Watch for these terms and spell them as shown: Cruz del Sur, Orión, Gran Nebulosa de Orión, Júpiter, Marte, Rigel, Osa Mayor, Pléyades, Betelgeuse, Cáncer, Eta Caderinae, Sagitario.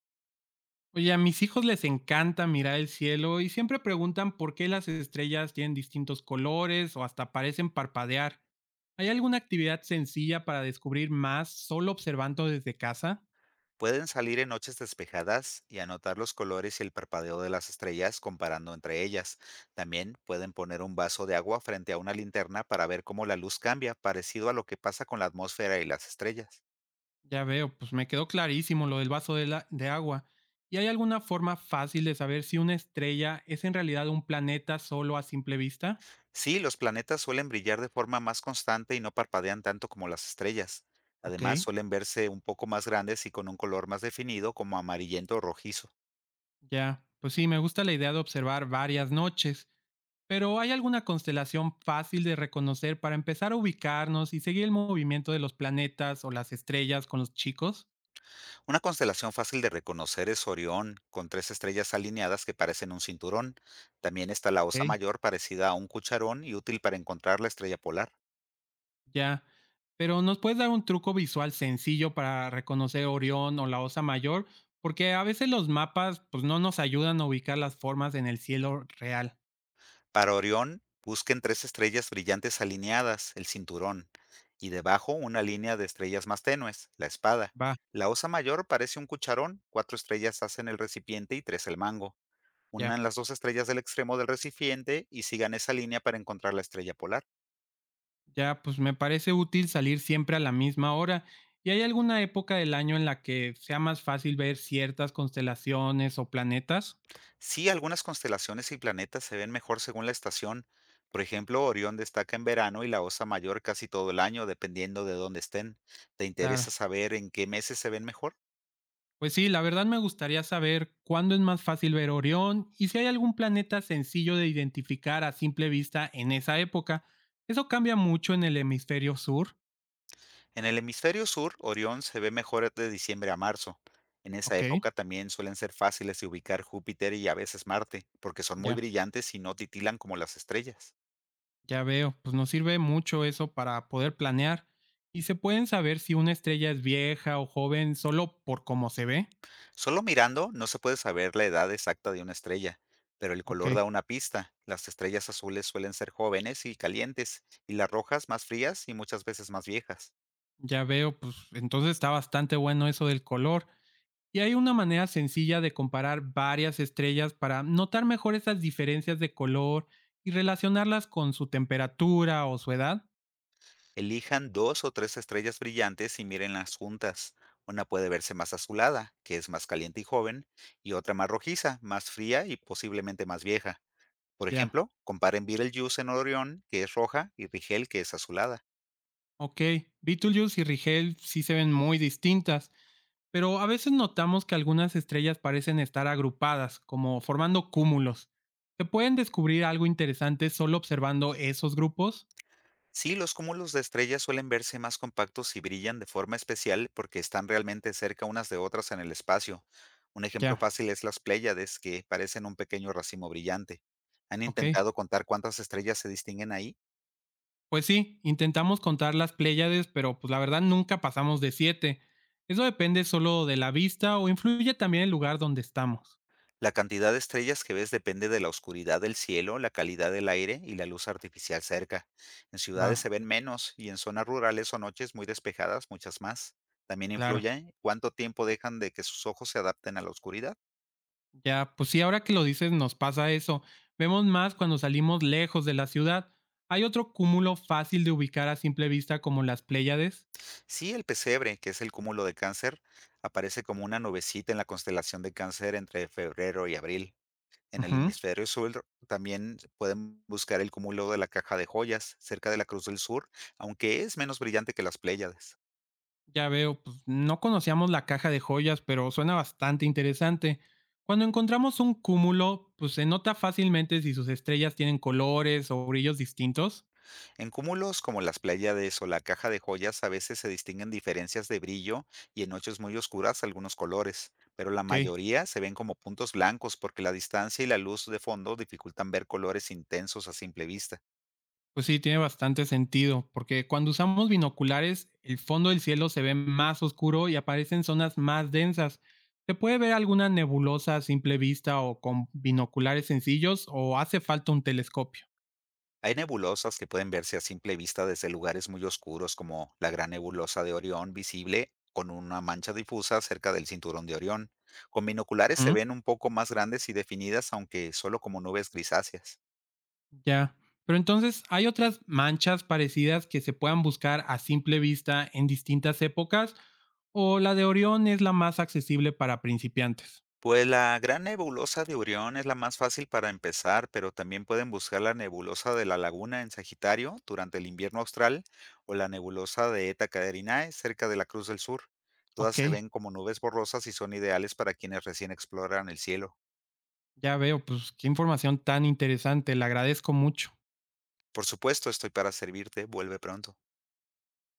Oye, a mis hijos les encanta mirar el cielo y siempre preguntan por qué las estrellas tienen distintos colores o hasta parecen parpadear. ¿Hay alguna actividad sencilla para descubrir más solo observando desde casa? Pueden salir en noches despejadas y anotar los colores y el parpadeo de las estrellas comparando entre ellas. También pueden poner un vaso de agua frente a una linterna para ver cómo la luz cambia, parecido a lo que pasa con la atmósfera y las estrellas. Ya veo, pues me quedó clarísimo lo del de agua. ¿Y hay alguna forma fácil de saber si una estrella es en realidad un planeta solo a simple vista? Sí, los planetas suelen brillar de forma más constante y no parpadean tanto como las estrellas. Ok, Además, suelen verse un poco más grandes y con un color más definido, como amarillento o rojizo. ya. Pues sí, me gusta la idea de observar varias noches. Pero ¿hay alguna constelación fácil de reconocer para empezar a ubicarnos y seguir el movimiento de los planetas o las estrellas con los chicos? Una constelación fácil de reconocer es Orión, con tres estrellas alineadas que parecen un cinturón. También está la Osa Ok. Mayor, parecida a un cucharón y útil para encontrar la estrella polar. Ya. Pero ¿nos puedes dar un truco visual sencillo para reconocer Orión o la Osa Mayor? Porque a veces los mapas pues no nos ayudan a ubicar las formas en el cielo real. Para Orión, busquen tres estrellas brillantes alineadas, el cinturón, y debajo una línea de estrellas más tenues, la espada. Va, La Osa Mayor parece un cucharón: cuatro estrellas hacen el recipiente y tres el mango. ya. Unan las dos estrellas del extremo del recipiente y sigan esa línea para encontrar la estrella polar. Ya, pues me parece útil salir siempre a la misma hora. ¿Y hay alguna época del año en la que sea más fácil ver ciertas constelaciones o planetas? Sí, algunas constelaciones y planetas se ven mejor según la estación. Por ejemplo, Orión destaca en verano y la Osa Mayor casi todo el año, dependiendo de dónde estén. ¿Te Claro. interesa saber en qué meses se ven mejor? Pues sí, la verdad me gustaría saber cuándo es más fácil ver Orión y si hay algún planeta sencillo de identificar a simple vista en esa época. Eso cambia mucho en el hemisferio sur. En el hemisferio sur, Orión se ve mejor de diciembre a marzo. En esa Ok, época también suelen ser fáciles de ubicar Júpiter y a veces Marte, porque son muy ya, brillantes y no titilan como las estrellas. ya veo. Pues nos sirve mucho eso para poder planear. Y se pueden saber si una estrella es vieja o joven solo por cómo se ve. Solo mirando no se puede saber la edad exacta de una estrella, pero el Ok, color da una pista. Las estrellas azules suelen ser jóvenes y calientes, y las rojas, más frías y muchas veces más viejas. ya veo. Pues entonces está bastante bueno eso del color. Y hay una manera sencilla de comparar varias estrellas para notar mejor esas diferencias de color y relacionarlas con su temperatura o su edad. Elijan dos o tres estrellas brillantes y mírenlas juntas. Una puede verse más azulada, que es más caliente y joven, y otra más rojiza, más fría y posiblemente más vieja. Por Ya, ejemplo, comparen Betelgeuse en Orión, que es roja, y Rigel, que es azulada. ok. Betelgeuse y Rigel sí se ven muy distintas, pero a veces notamos que algunas estrellas parecen estar agrupadas, como formando cúmulos. ¿Se pueden descubrir algo interesante solo observando esos grupos? Sí, los cúmulos de estrellas suelen verse más compactos y brillan de forma especial porque están realmente cerca unas de otras en el espacio. Un ejemplo Ya, fácil es las Pléyades, que parecen un pequeño racimo brillante. ¿Han ok. intentado contar cuántas estrellas se distinguen ahí? Pues sí, intentamos contar las Pléyades, pero pues la verdad nunca pasamos de 7. Eso depende solo de la vista o influye también el lugar donde estamos. La cantidad de estrellas que ves depende de la oscuridad del cielo, la calidad del aire y la luz artificial cerca. En Va, ciudades se ven menos, y en zonas rurales o noches muy despejadas, muchas más. También claro. influye cuánto tiempo dejan de que sus ojos se adapten a la oscuridad. Ya, pues sí, ahora que lo dices nos pasa eso. Vemos más cuando salimos lejos de la ciudad. ¿Hay otro cúmulo fácil de ubicar a simple vista como las Pléyades? Sí, el pesebre, que es el cúmulo de cáncer, aparece como una nubecita en la constelación de cáncer entre febrero y abril. En el Ujú. hemisferio sur también pueden buscar el cúmulo de la caja de joyas cerca de la Cruz del Sur, aunque es menos brillante que las Pléyades. Ya veo, pues no conocíamos la caja de joyas, pero suena bastante interesante. Cuando encontramos un cúmulo, pues se nota fácilmente si sus estrellas tienen colores o brillos distintos. En cúmulos como las Pléyades o la caja de joyas a veces se distinguen diferencias de brillo, y en noches muy oscuras, algunos colores, pero la Ok, mayoría se ven como puntos blancos porque la distancia y la luz de fondo dificultan ver colores intensos a simple vista. pues sí, tiene bastante sentido, porque cuando usamos binoculares, el fondo del cielo se ve más oscuro y aparecen zonas más densas. ¿Se puede ver alguna nebulosa a simple vista o con binoculares sencillos o hace falta un telescopio? Hay nebulosas que pueden verse a simple vista desde lugares muy oscuros, como la Gran Nebulosa de Orión, visible con una mancha difusa cerca del cinturón de Orión. Con binoculares se Ujú. ven un poco más grandes y definidas, aunque solo como nubes grisáceas. Ya. Pero entonces, ¿hay otras manchas parecidas que se puedan buscar a simple vista en distintas épocas? ¿O la de Orión es la más accesible para principiantes? Pues la Gran Nebulosa de Orión es la más fácil para empezar, pero también pueden buscar la nebulosa de la Laguna en Sagitario durante el invierno austral, o la nebulosa de Eta Caderinae cerca de la Cruz del Sur. Todas Ok, se ven como nubes borrosas y son ideales para quienes recién exploran el cielo. ya veo, pues qué información tan interesante, le agradezco mucho. Por supuesto, estoy para servirte. Vuelve pronto.